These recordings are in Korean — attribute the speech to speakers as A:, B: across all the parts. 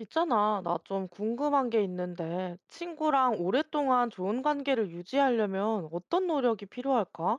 A: 있잖아, 나 좀 궁금한 게 있는데, 친구랑 오랫동안 좋은 관계를 유지하려면 어떤 노력이 필요할까?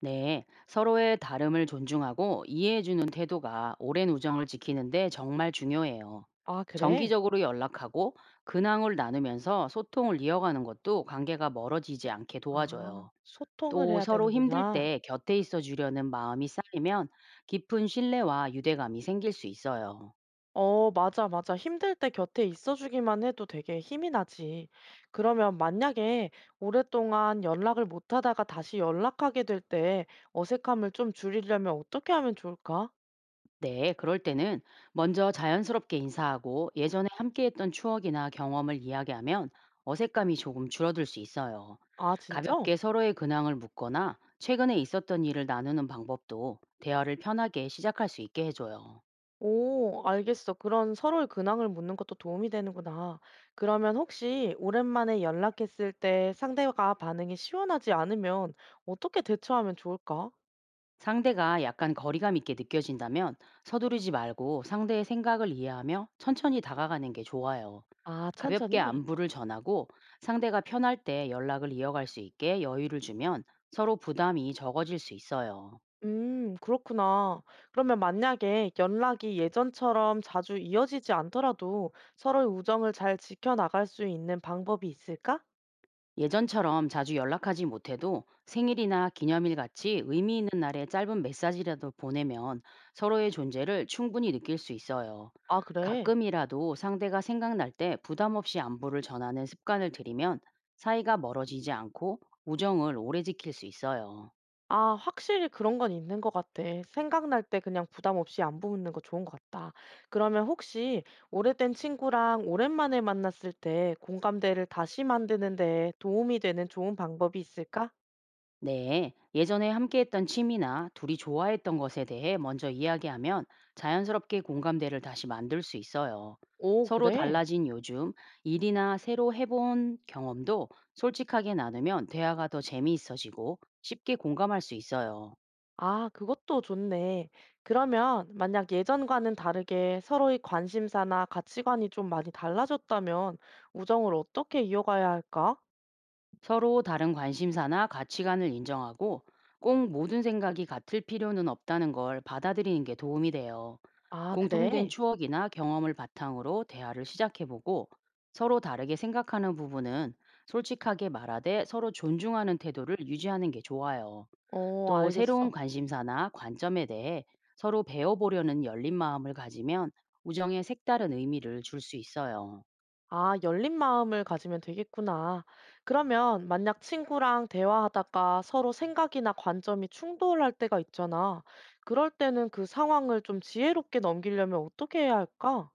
B: 네, 서로의 다름을 존중하고 이해해주는 태도가 오랜 우정을 지키는데 정말 중요해요.
A: 아, 그래?
B: 정기적으로 연락하고 근황을 나누면서 소통을 이어가는 것도 관계가 멀어지지 않게
A: 아,
B: 도와줘요.
A: 소통을
B: 또
A: 해야
B: 서로 힘들
A: 되는구나.
B: 때 곁에 있어 주려는 마음이 쌓이면 깊은 신뢰와 유대감이 생길 수 있어요.
A: 어, 맞아, 맞아. 힘들 때 곁에 있어주기만 해도 되게 힘이 나지. 그러면 만약에 오랫동안 연락을 못 하다가 다시 연락하게 될 때 어색함을 좀 줄이려면 어떻게 하면 좋을까?
B: 네, 그럴 때는 먼저 자연스럽게 인사하고, 예전에 함께했던 추억이나 경험을 이야기하면 어색감이 조금 줄어들 수 있어요.
A: 아, 진짜?
B: 가볍게 서로의 근황을 묻거나 최근에 있었던 일을 나누는 방법도 대화를 편하게 시작할 수 있게 해줘요.
A: 오, 알겠어. 그런 서로의 근황을 묻는 것도 도움이 되는구나. 그러면 혹시 오랜만에 연락했을 때 상대가 반응이 시원하지 않으면 어떻게 대처하면 좋을까?
B: 상대가 약간 거리감 있게 느껴진다면, 서두르지 말고 상대의 생각을 이해하며 천천히 다가가는 게 좋아요.
A: 아,
B: 가볍게
A: 천천히?
B: 안부를 전하고, 상대가 편할 때 연락을 이어갈 수 있게 여유를 주면 서로 부담이 적어질 수 있어요.
A: 그렇구나. 그러면 만약에 연락이 예전처럼 자주 이어지지 않더라도 서로의 우정을 잘 지켜나갈 수 있는 방법이 있을까?
B: 예전처럼 자주 연락하지 못해도 생일이나 기념일 같이 의미 있는 날에 짧은 메시지라도 보내면 서로의 존재를 충분히 느낄 수 있어요.
A: 아, 그래.
B: 가끔이라도 상대가 생각날 때 부담 없이 안부를 전하는 습관을 들이면 사이가 멀어지지 않고 우정을 오래 지킬 수 있어요.
A: 아 확실히 그런 건 있는 것 같아. 생각날 때 그냥 부담 없이 안 붙는 거 좋은 것 같다. 그러면 혹시 오래된 친구랑 오랜만에 만났을 때 공감대를 다시 만드는 데 도움이 되는 좋은 방법이 있을까?
B: 네, 예전에 함께했던 취미나 둘이 좋아했던 것에 대해 먼저 이야기하면 자연스럽게 공감대를 다시 만들 수 있어요.
A: 오,
B: 서로
A: 그래?
B: 달라진 요즘, 일이나 새로 해본 경험도 솔직하게 나누면 대화가 더 재미있어지고 쉽게 공감할 수 있어요.
A: 아, 그것도 좋네. 그러면 만약 예전과는 다르게 서로의 관심사나 가치관이 좀 많이 달라졌다면 우정을 어떻게 이어가야 할까?
B: 서로 다른 관심사나 가치관을 인정하고, 꼭 모든 생각이 같을 필요는 없다는 걸 받아들이는 게 도움이 돼요.
A: 아,
B: 공통된
A: 그래?
B: 추억이나 경험을 바탕으로 대화를 시작해보고, 서로 다르게 생각하는 부분은 솔직하게 말하되 서로 존중하는 태도를 유지하는 게 좋아요.
A: 어,
B: 또 새로운
A: 알겠어.
B: 관심사나 관점에 대해 서로 배워보려는 열린 마음을 가지면 우정에 색다른 의미를 줄 수 있어요.
A: 아, 열린 마음을 가지면 되겠구나. 그러면 만약 친구랑 대화하다가 서로 생각이나 관점이 충돌할 때가 있잖아. 그럴 때는 그 상황을 좀 지혜롭게 넘기려면 어떻게 해야 할까?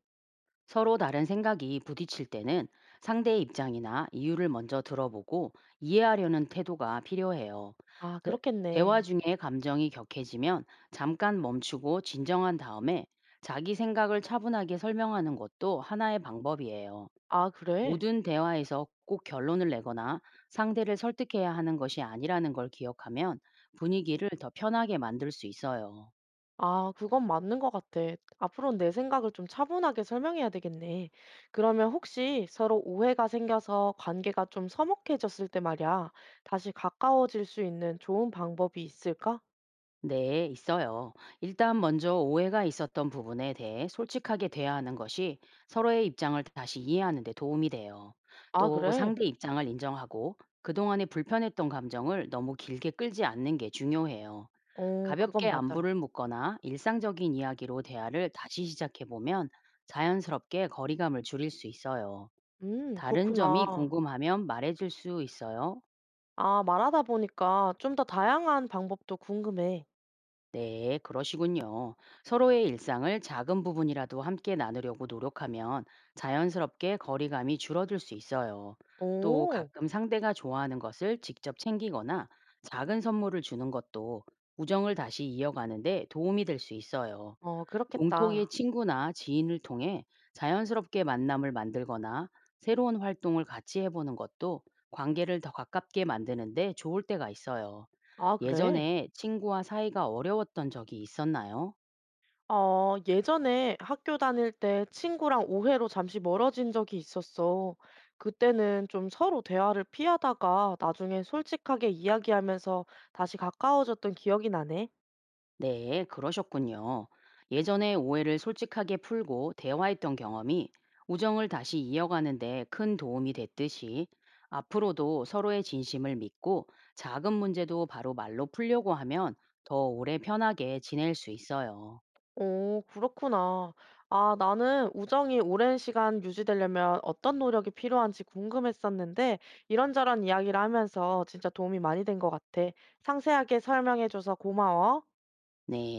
B: 서로 다른 생각이 부딪힐 때는 상대의 입장이나 이유를 먼저 들어보고 이해하려는 태도가 필요해요.
A: 아,
B: 대- 대화
A: 그렇겠네.
B: 중에 감정이 격해지면 잠깐 멈추고 진정한 다음에 자기 생각을 차분하게 설명하는 것도 하나의 방법이에요.
A: 아, 그래?
B: 모든 대화에서 꼭 결론을 내거나 상대를 설득해야 하는 것이 아니라는 걸 기억하면 분위기를 더 편하게 만들 수 있어요.
A: 아, 그건 맞는 것 같아. 앞으로는 내 생각을 좀 차분하게 설명해야 되겠네. 그러면 혹시 서로 오해가 생겨서 관계가 좀 서먹해졌을 때 말이야, 다시 가까워질 수 있는 좋은 방법이 있을까?
B: 네, 있어요. 일단 먼저 오해가 있었던 부분에 대해 솔직하게 대화하는 것이 서로의 입장을 다시 이해하는 데 도움이 돼요.
A: 아,
B: 또
A: 그래?
B: 상대 입장을 인정하고 그동안에 불편했던 감정을 너무 길게 끌지 않는 게 중요해요.
A: 어 그건
B: 가볍게
A: 맞아.
B: 안부를 묻거나 일상적인 이야기로 대화를 다시 시작해 보면 자연스럽게 거리감을 줄일 수 있어요. 다른 점이
A: 그렇구나.
B: 궁금하면 말해줄 수 있어요.
A: 아 말하다 보니까 좀 더 다양한 방법도 궁금해.
B: 네, 그러시군요. 서로의 일상을 작은 부분이라도 함께 나누려고 노력하면 자연스럽게 거리감이 줄어들 수 있어요. 또
A: 오,
B: 가끔 상대가 좋아하는 것을 직접 챙기거나 작은 선물을 주는 것도 우정을 다시 이어가는데 도움이 될 수 있어요.
A: 어
B: 공통의
A: 그렇겠다.
B: 친구나 지인을 통해 자연스럽게 만남을 만들거나 새로운 활동을 같이 해보는 것도 관계를 더 가깝게 만드는데 좋을 때가 있어요.
A: 아 그래?
B: 예전에 친구와 사이가 어려웠던 적이 있었나요?
A: 어 예전에 학교 다닐 때 친구랑 오해로 잠시 멀어진 적이 있었어. 그때는 좀 서로 대화를 피하다가 나중에 솔직하게 이야기하면서 다시 가까워졌던 기억이 나네.
B: 네, 그러셨군요. 예전에 오해를 솔직하게 풀고 대화했던 경험이 우정을 다시 이어가는데 큰 도움이 됐듯이, 앞으로도 서로의 진심을 믿고 작은 문제도 바로 말로 풀려고 하면 더 오래 편하게 지낼 수 있어요.
A: 오, 그렇구나. 아, 나는 우정이 오랜 시간 유지되려면 어떤 노력이 필요한지 궁금했었는데, 이런저런 이야기를 하면서 진짜 도움이 많이 된 것 같아. 상세하게 설명해줘서 고마워.
B: 네.